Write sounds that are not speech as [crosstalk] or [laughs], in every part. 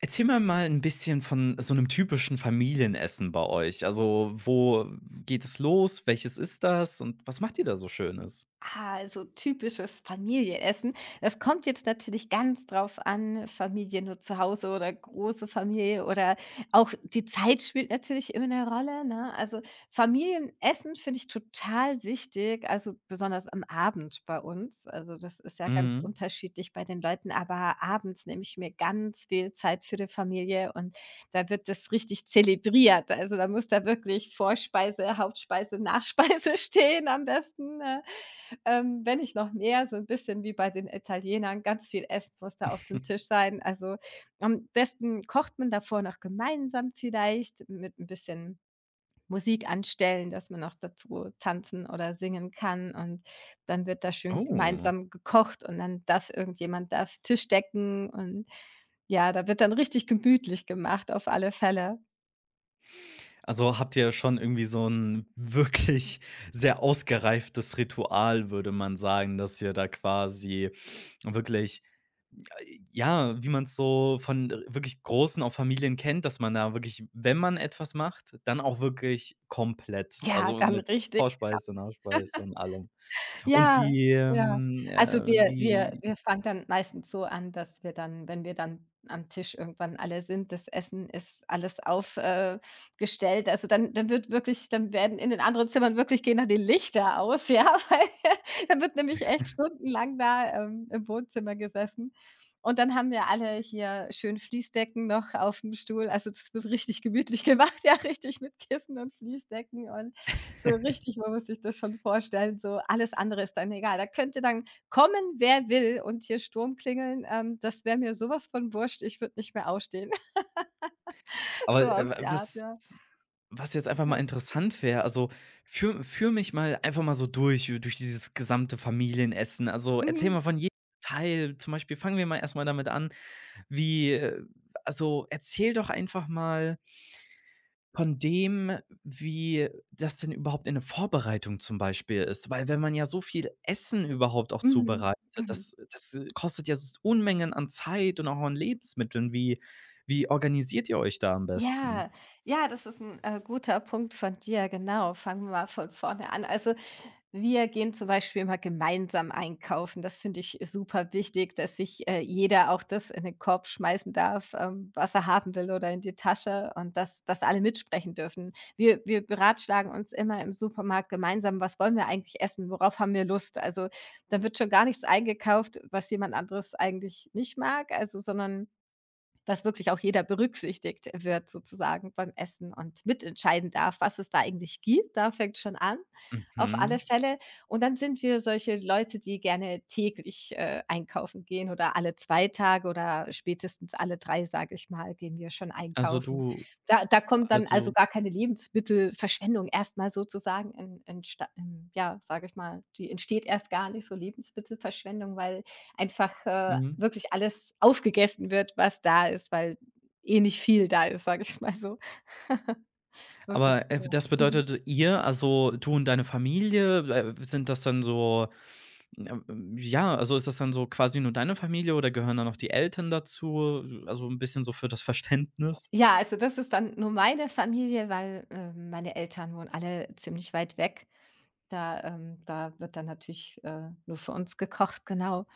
Erzähl mir mal ein bisschen von so einem typischen Familienessen bei euch. Also, wo geht es los? Welches ist das? Und was macht ihr da so Schönes? Also typisches Familienessen. Das kommt jetzt natürlich ganz drauf an, Familie nur zu Hause oder große Familie oder auch die Zeit spielt natürlich immer eine Rolle, ne? Also, Familienessen finde ich total wichtig, also besonders am Abend bei uns. Also, das ist ja ganz Mhm. unterschiedlich bei den Leuten, aber abends nehme ich mir ganz viel Zeit für die Familie und da wird das richtig zelebriert. Also, da muss da wirklich Vorspeise, Hauptspeise, Nachspeise [laughs] stehen am besten, ne? Wenn nicht noch mehr, so ein bisschen wie bei den Italienern, ganz viel Essen muss da auf dem Tisch sein. Also, am besten kocht man davor noch gemeinsam vielleicht mit ein bisschen Musik anstellen, dass man noch dazu tanzen oder singen kann und dann wird da schön Oh. gemeinsam gekocht und dann darf irgendjemand darf Tisch decken und ja, da wird dann richtig gemütlich gemacht auf alle Fälle. Also, habt ihr schon irgendwie so ein wirklich sehr ausgereiftes Ritual, würde man sagen, dass ihr da quasi wirklich ja, wie man es so von wirklich großen auch Familien kennt, dass man da wirklich, wenn man etwas macht, dann auch wirklich komplett, Ja, also dann mit richtig, genau. Vorspeise, Nachspeise und allem. Und Ja, wie, ja. Also, wir wir wie wir fangen dann meistens so an, dass wir dann, wenn wir dann am Tisch irgendwann alle sind, das Essen ist alles auf gestellt. Also, dann wird wirklich dann werden in den anderen Zimmern wirklich gehen dann die Lichter aus, ja, [laughs] weil dann wird nämlich echt stundenlang da, im Wohnzimmer gesessen. Und dann haben wir alle hier schön Fließdecken noch auf dem Stuhl. Also, das wird richtig gemütlich gemacht, [laughs] ja, richtig mit Kissen und Fließdecken und so [laughs] richtig, man muss sich das schon vorstellen, so alles andere ist dann egal. Da könnte dann kommen, wer will und hier Sturm klingeln, das wäre mir sowas von wurscht, ich würde nicht mehr aufstehen. [laughs] aber, So auf die Art, was ja. was jetzt einfach mal Ja. interessant wäre, also führ mich mal einfach mal so durch durch dieses gesamte Familienessen. Also, erzähl Mhm. mal von jedem Teil. Zum Beispiel fangen wir mal erstmal damit an, wie also, erzähl doch einfach mal von dem, wie das denn überhaupt in der Vorbereitung zum Beispiel ist. Weil wenn man ja so viel Essen überhaupt auch Mhm. zubereitet, Mhm. das kostet ja s Unmengen an Zeit und auch an Lebensmitteln. Wie organisiert ihr euch da am besten? Ja, ja, das ist ein guter Punkt von dir, genau. Fangen wir mal von vorne an. Also, wir gehen zum Beispiel immer gemeinsam einkaufen. Das finde ich super wichtig, dass sich, jeder auch das in den Korb schmeißen darf, was er haben will oder in die Tasche und dass alle mitsprechen dürfen. Wir beratschlagen uns immer im Supermarkt gemeinsam: „Was wollen wir eigentlich essen? Worauf haben wir Lust?“ Also, da wird schon gar nichts eingekauft, was jemand anderes eigentlich nicht mag, also sondern dass wirklich auch jeder berücksichtigt wird sozusagen beim Essen und mitentscheiden darf, was es da eigentlich gibt. Da fängt schon an, auf alle Mhm. Fälle. Und dann sind wir solche Leute, die gerne täglich, einkaufen gehen oder alle 2 Tage oder spätestens alle 3 sage ich mal, gehen wir schon Also, einkaufen. du Da kommt dann also, also gar keine Lebensmittelverschwendung erstmal sozusagen in sta in ja, sage ich mal, die entsteht erst gar nicht so Lebensmittelverschwendung, weil einfach, mhm. wirklich alles aufgegessen wird, was da ist, weil eh nicht viel da ist, sage ich mal so. [laughs] Wirklich, Aber, ja. das Mhm. bedeutet ihr, also, du und deine Familie, sind das dann so ja, also, ist das dann so quasi nur deine Familie oder gehören da noch die Eltern dazu? Also, ein bisschen so für das Verständnis? Ja, also das ist dann nur meine Familie, weil, meine Eltern wohnen alle ziemlich weit weg. Da da wird dann natürlich, nur für uns gekocht, genau.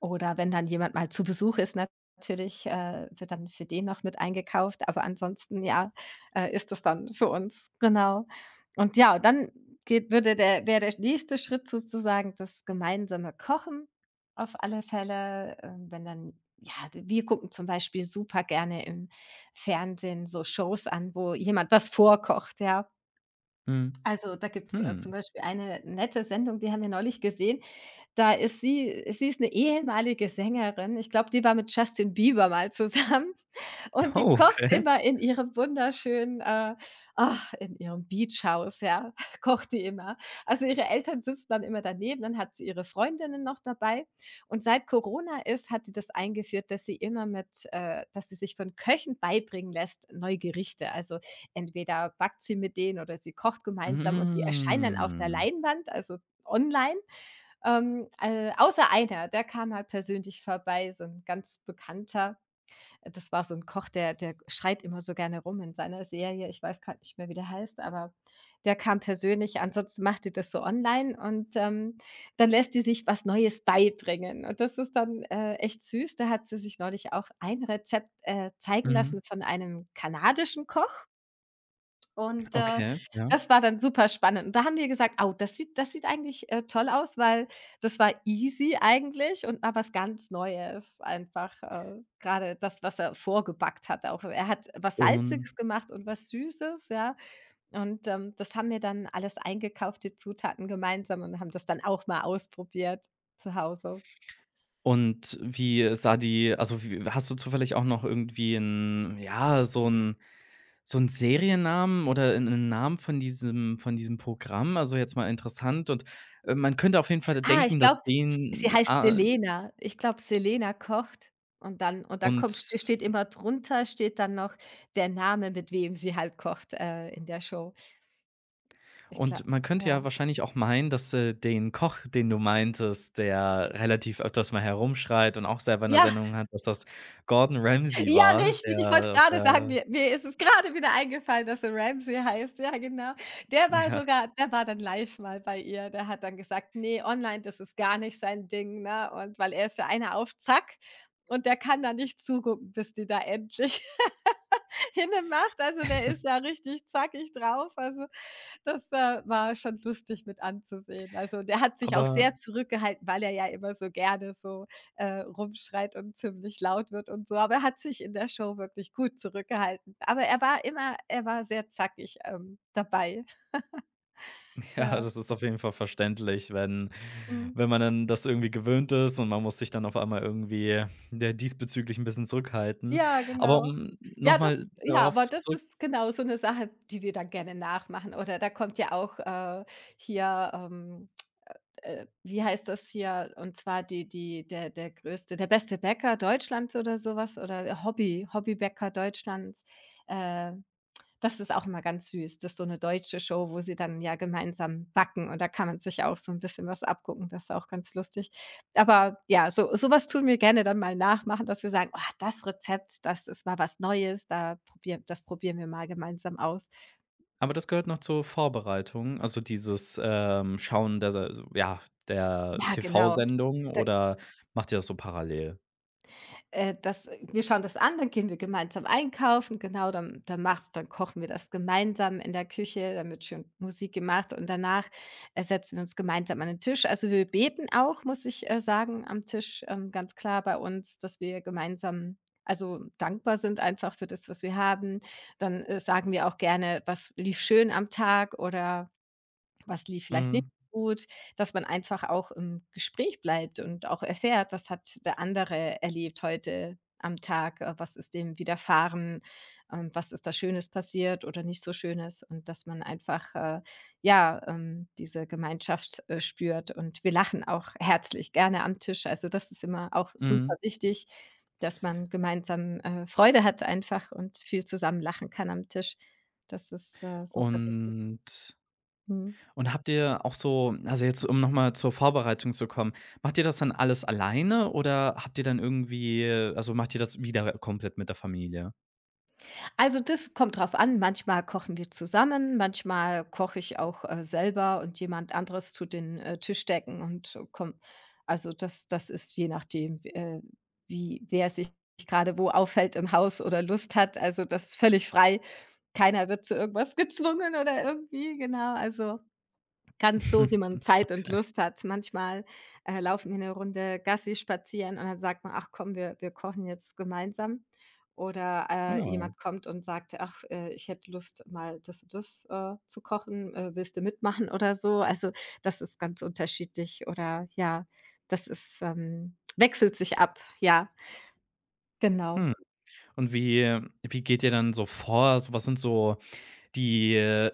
Oder wenn dann jemand mal zu Besuch ist, natürlich, wird dann für den noch mit eingekauft, aber ansonsten, ja, ist das dann für uns, genau. Und ja, dann geht würde der wäre der nächste Schritt sozusagen das gemeinsame Kochen auf alle Fälle, wenn dann ja, wir gucken zum Beispiel super gerne im Fernsehen so Shows an, wo jemand was vorkocht, ja. Mhm. Also, da gibt's, zum Hm. Beispiel eine nette Sendung, die haben wir neulich gesehen. Da ist sie ist eine ehemalige Sängerin. Ich glaube, die war mit Justin Bieber mal zusammen [laughs] und die Oh, kocht okay. immer in ihrem wunderschönen, in ihrem Beachhaus, ja, [laughs] kocht die immer. Also, ihre Eltern sitzen dann immer daneben, dann hat sie ihre Freundinnen noch dabei und seit Corona ist, hat sie das eingeführt, dass sie sich von Köchen beibringen lässt, neue Gerichte. Also, entweder backt sie mit denen oder sie kocht gemeinsam und die erscheinen dann auf der Mhm. Leinwand, also online. Außer einer, der kam halt persönlich vorbei, so ein ganz Bekannter. Das war so ein Koch, der schreit immer so gerne rum in seiner Serie. Ich weiß gerade nicht mehr, wie der heißt, aber der kam persönlich. Ansonsten macht die das so online und, dann lässt die sich was Neues beibringen. Und das ist dann, echt süß. Da hat sie sich neulich auch ein Rezept, zeigen Mhm. lassen von einem kanadischen Koch. Und, Okay, ja. das war dann super spannend. Und da haben wir gesagt: „Oh, das sieht eigentlich, toll aus“, weil das war easy eigentlich und mal was ganz Neues einfach, grade das, was er vorgebackt hat auch. Er hat was Und Salziges gemacht und was Süßes, ja? Und, das haben wir dann alles eingekauft, die Zutaten gemeinsam und haben das dann auch mal ausprobiert zu Hause. und wie sah die also, wie hast du zufällig auch noch irgendwie 'n ja, so 'n Seriennamen oder 'n 'n Namen von diesem Programm? Also, jetzt mal interessant und, man könnte auf jeden Fall Ah, ich denken, glaube, dass s sie den heißt Selena. Ich glaube, Selena kocht und dann kommt und steht immer drunter steht dann noch der Name, mit wem sie halt kocht, in der Show. Ich Und gla man könnte ja Ja. wahrscheinlich auch meinen, dass, den Koch, den du meintest, der relativ öfters mal herumschreit und auch selber eine Ja, Sendung hat, dass das Gordon [laughs] Ramsay ja, war, richtig. Ich wollte es der aus grade sagen. der Mir ist es grade wieder eingefallen, dass er Ramsay heißt. Ja, genau. [laughs] Ja. Der war dann live mal bei ihr. Der hat dann gesagt: „Ne, online, das ist gar nicht sein Ding“, ne? Und weil er ist ja einer auf Zack und der kann da nicht zugucken, bis die da endlich hinmacht. Also, der ist ja richtig zackig drauf. Also, das, war schon lustig mit anzusehen. Also, der hat sich auch Aber sehr zurückgehalten, weil er ja immer so gerne so, rumschreit und ziemlich laut wird und so. Aber er hat sich in der Show wirklich gut zurückgehalten. Aber er war sehr zackig, dabei. ja, Ja, das ist auf jeden Fall verständlich, wenn mhm. wenn man dann das irgendwie gewöhnt ist und man muss sich dann auf einmal irgendwie, der diesbezüglich ein bisschen zurückhalten. Ja, Aber genau. um noch Ja, das mal ja, aber darauf das zurückzukommen ist genau so eine Sache, die wir dann gerne nachmachen. Oder da kommt ja auch, hier, ähm wie heißt das hier? Und zwar die die der der größte der beste Bäcker Deutschlands oder sowas oder Hobbybäcker Deutschlands. Äh, Das ist auch immer ganz süß. Das ist so eine deutsche Show, wo sie dann ja gemeinsam backen und da kann man sich auch so ein bisschen was abgucken. Das ist auch ganz lustig. Aber ja, so sowas tun wir gerne dann mal nachmachen, dass wir sagen: „Oh, das Rezept, das ist mal was Neues, da probieren das probieren wir mal gemeinsam aus.“ aber das gehört noch zur Vorbereitung, also dieses, Schauen der se ja, der Ja, genau. TV-Sendung Da oder macht ihr das so parallel? Das Wir schauen das an, dann gehen wir gemeinsam einkaufen, genau, dann kochen wir das gemeinsam in der Küche, dann wird schön Musik gemacht und danach, setzen wir uns gemeinsam an den Tisch. Also, wir beten auch, muss ich, sagen, am Tisch, ganz klar bei uns, dass wir gemeinsam also, dankbar sind einfach für das, was wir haben. Dann, sagen wir auch gerne: „Was lief schön am Tag“ oder was lief vielleicht nicht Mhm. so gut, dass man einfach auch im Gespräch bleibt und auch erfährt, was hat der andere erlebt heute am Tag, was ist dem widerfahren, was ist da Schönes passiert oder nicht so Schönes und dass man einfach, ja, diese Gemeinschaft, spürt und wir lachen auch herzlich gerne am Tisch. Also, das ist immer auch Mhm. super wichtig, dass man gemeinsam, Freude hat einfach und viel zusammen lachen kann am Tisch. Das ist, super wichtig. Und Mhm. und habt ihr auch so also jetzt, um nochmal zur Vorbereitung zu kommen, macht ihr das dann alles alleine oder habt ihr dann irgendwie also macht ihr das wieder komplett mit der Familie? Also, das kommt drauf an. Manchmal kochen wir zusammen, manchmal koche ich auch, selber und jemand anderes tut den, Tisch decken und, komm also, das ist je nachdem, wie wer sich gerade wo aufhält im Haus oder Lust hat. Also, das ist völlig frei. Keiner wird zu irgendwas [laughs] gezwungen oder irgendwie, genau. Also, ganz so, [laughs] wie man Zeit und Okay. Lust hat. Manchmal, laufen wir eine Runde Gassi, spazieren und dann sagt man: „Ach komm, wir kochen jetzt gemeinsam.“ Oder, Ah, jemand kommt und sagt: „Ach, ich hätte Lust, mal das und das, zu kochen. Willst du mitmachen?“ oder so. Also, das ist ganz unterschiedlich oder ja, das ist wechselt sich ab, ja, genau. hm. Und wie geht ihr dann so vor? So was sind so die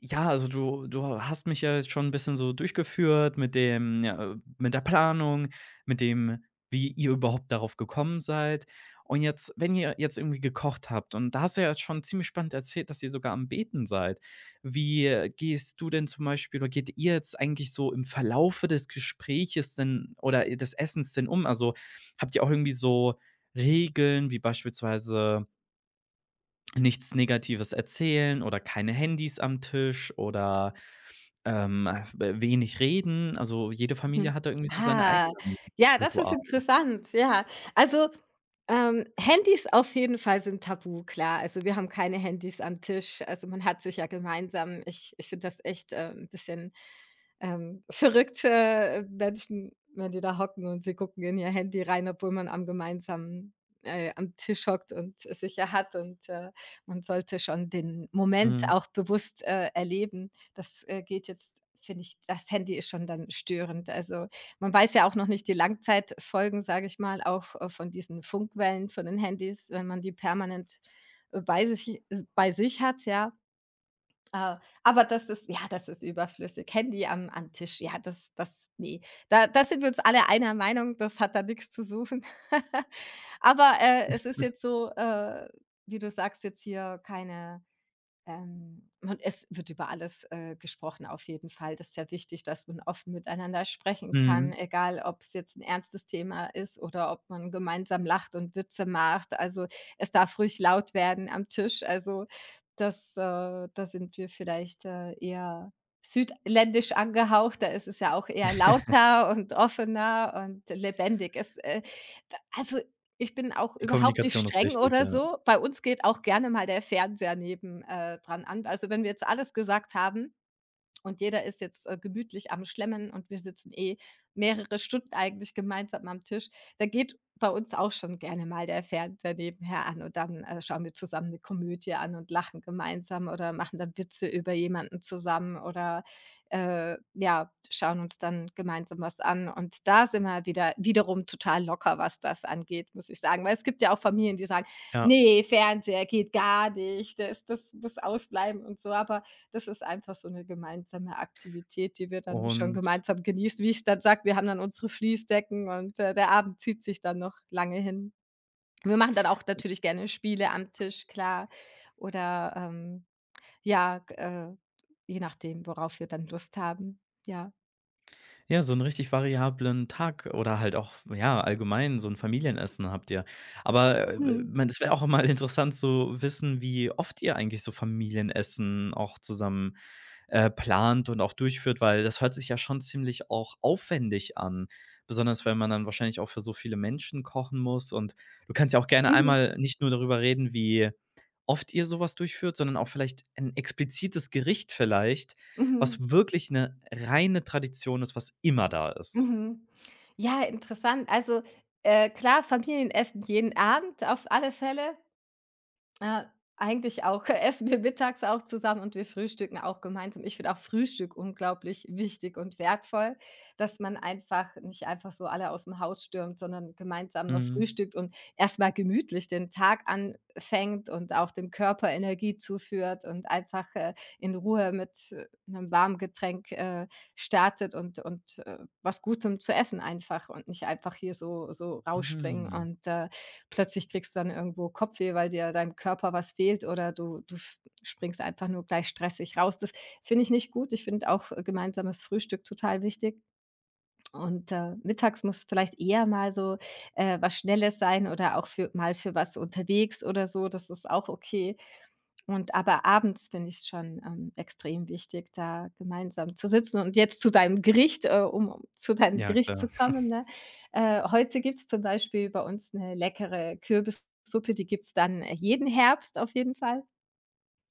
ja, also du hast mich ja jetzt schon ein bisschen so durchgeführt mit dem ja, mit der Planung, mit dem, wie ihr überhaupt darauf gekommen seid. Und jetzt, wenn ihr jetzt irgendwie gekocht habt und da hast du ja jetzt schon ziemlich spannend erzählt, dass ihr sogar am Beten seid. Wie gehst du denn zum Beispiel oder geht ihr jetzt eigentlich so im Verlaufe des Gespräches denn oder des Essens denn um? Also, habt ihr auch irgendwie so Regeln, wie beispielsweise nichts Negatives erzählen oder keine Handys am Tisch oder, ähm, w wenig reden. Also, jede Familie Mhm. hat da irgendwie so seine Ah, eigenen ja, das ist Rituale. interessant, ja. Also, Handys auf jeden Fall sind tabu, klar. Also, wir haben keine Handys am Tisch. Also, man hat sich ja gemeinsam ich finde das echt, 'n bisschen, verrückt, Menschen, wenn die da hocken und sie gucken in ihr Handy rein, obwohl man am gemeinsamen am Tisch hockt und es sicher hat und, man sollte schon den Moment Mhm. auch bewusst, erleben. Das, geht jetzt finde ich das Handy ist schon dann störend. Also, man weiß ja auch noch nicht die Langzeitfolgen, sage ich mal, auch, von diesen Funkwellen von den Handys, wenn man die permanent, äh, bei sich bei sich hat, ja. Äh, aber das ist ja, das ist überflüssig. Handy am Tisch, ja, das nee. Da sind wir uns alle einer Meinung, das hat da nichts zu suchen. [laughs] Aber, es ist jetzt so, wie du sagst, jetzt hier keine und es wird über alles, gesprochen auf jeden Fall. Das ist ja wichtig, dass man offen miteinander sprechen kann, Mhm. egal ob es jetzt ein ernstes Thema ist oder ob man gemeinsam lacht und Witze macht. Also, es darf ruhig laut werden am Tisch. Also, das, da sind wir vielleicht, eher südländisch angehaucht. Da ist es ja auch eher [laughs] lauter und offener und lebendig. Es, d Also ich bin auch Die überhaupt nicht Kommunikation ist streng wichtig, oder ja. so. Bei uns geht auch gerne mal der Fernseher neben dran an. Also, wenn wir jetzt alles gesagt haben, und jeder ist jetzt, gemütlich am Schlemmen, und wir sitzen eh mehrere Stunden eigentlich gemeinsam am Tisch. Da geht bei uns auch schon gerne mal der Fernseher nebenher an, und dann, schauen wir zusammen eine Komödie an und lachen gemeinsam oder machen dann Witze über jemanden zusammen oder, ja, schauen uns dann gemeinsam was an. Und da sind wir wieder wiederum total locker, was das angeht, muss ich sagen. Weil es gibt ja auch Familien, die sagen: Ja, „Nee, Fernseher geht gar nicht, das muss ausbleiben“ und so. Aber das ist einfach so 'ne gemeinsame Aktivität, die wir dann schon und gemeinsam genießen. Wie ich dann sage, wir haben dann unsere Fließdecken und, der Abend zieht sich dann noch lange hin. Wir machen dann auch natürlich gerne Spiele am Tisch, klar, oder, ja, g je nachdem, worauf wir dann Lust haben. Ja. ja, so 'n richtig variablen Tag oder halt auch, ja, allgemein so ein Familienessen habt ihr. Aber, Mhm. man es wäre auch mal interessant zu wissen, wie oft ihr eigentlich so Familienessen auch zusammen plant und auch durchführt, weil das hört sich ja schon ziemlich auch aufwendig an. Besonders wenn man dann wahrscheinlich auch für so viele Menschen kochen muss und du kannst ja auch gerne Mhm. einmal nicht nur darüber reden, wie oft ihr sowas durchführt, sondern auch vielleicht ein explizites Gericht vielleicht, Mhm. was wirklich eine reine Tradition ist, was immer da ist. Mhm. Ja, interessant. Also, klar, Familienessen jeden Abend auf alle Fälle. Äh, eigentlich auch, [laughs] essen wir mittags auch zusammen, und wir frühstücken auch gemeinsam. Ich finde auch Frühstück unglaublich wichtig und wertvoll, dass man einfach nicht einfach so alle aus dem Haus stürmt, sondern gemeinsam noch Mhm. frühstückt und erstmal gemütlich den Tag anfängt und auch dem Körper Energie zuführt und einfach, in Ruhe mit, 'nem warmen Getränk, startet und was Gutem zu essen einfach und nicht einfach hier so rausspringen Mhm. und, plötzlich kriegst du dann irgendwo Kopfweh, weil dir deinem Körper was fehlt, oder du, springst einfach nur gleich stressig raus. Das finde ich nicht gut. Ich finde auch gemeinsames Frühstück total wichtig. Und, mittags muss vielleicht eher mal so, was Schnelles sein oder auch für mal für was unterwegs oder so, das ist auch okay. Und aber abends finde ich es schon, extrem wichtig, da gemeinsam zu sitzen und jetzt zu deinem Gericht, um zu deinem Ja, Gericht klar. zu kommen, ne? Heute gibt's zum Beispiel bei uns eine leckere Kürbissuppe, die gibt's dann jeden Herbst auf jeden Fall.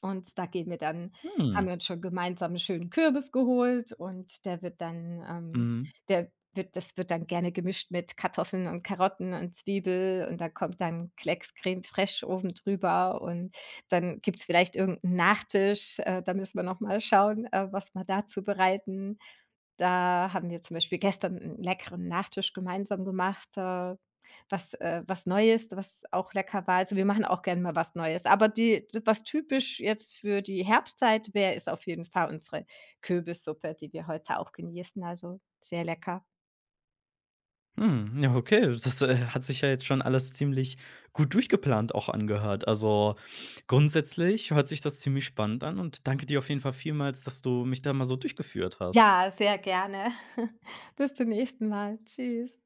Und da gehen wir dann Haben Mhm. wir uns schon gemeinsam einen schönen Kürbis geholt, und der wird dann, Mhm. der wird das wird dann gerne gemischt mit Kartoffeln und Karotten und Zwiebel, und da kommt dann Klecks Crème fraîche oben drüber, und dann gibt's vielleicht irgend 'n Nachtisch, da müssen wir noch mal schauen, was wir dazu bereiten. Da haben wir zum Beispiel gestern einen leckeren Nachtisch gemeinsam gemacht, was Neues, was auch lecker war. Also, wir machen auch gerne mal was Neues. Aber die d was typisch jetzt für die Herbstzeit wäre, ist auf jeden Fall unsere Kürbissuppe, die wir heute auch genießen. Also, sehr lecker. Hm, ja, okay. Das, hat sich ja jetzt schon alles ziemlich gut durchgeplant auch angehört. Also, grundsätzlich hört sich das ziemlich spannend an und danke dir auf jeden Fall vielmals, dass du mich da mal so durchgeführt hast. Ja, sehr gerne. [laughs] Bis zum nächsten Mal. Tschüss.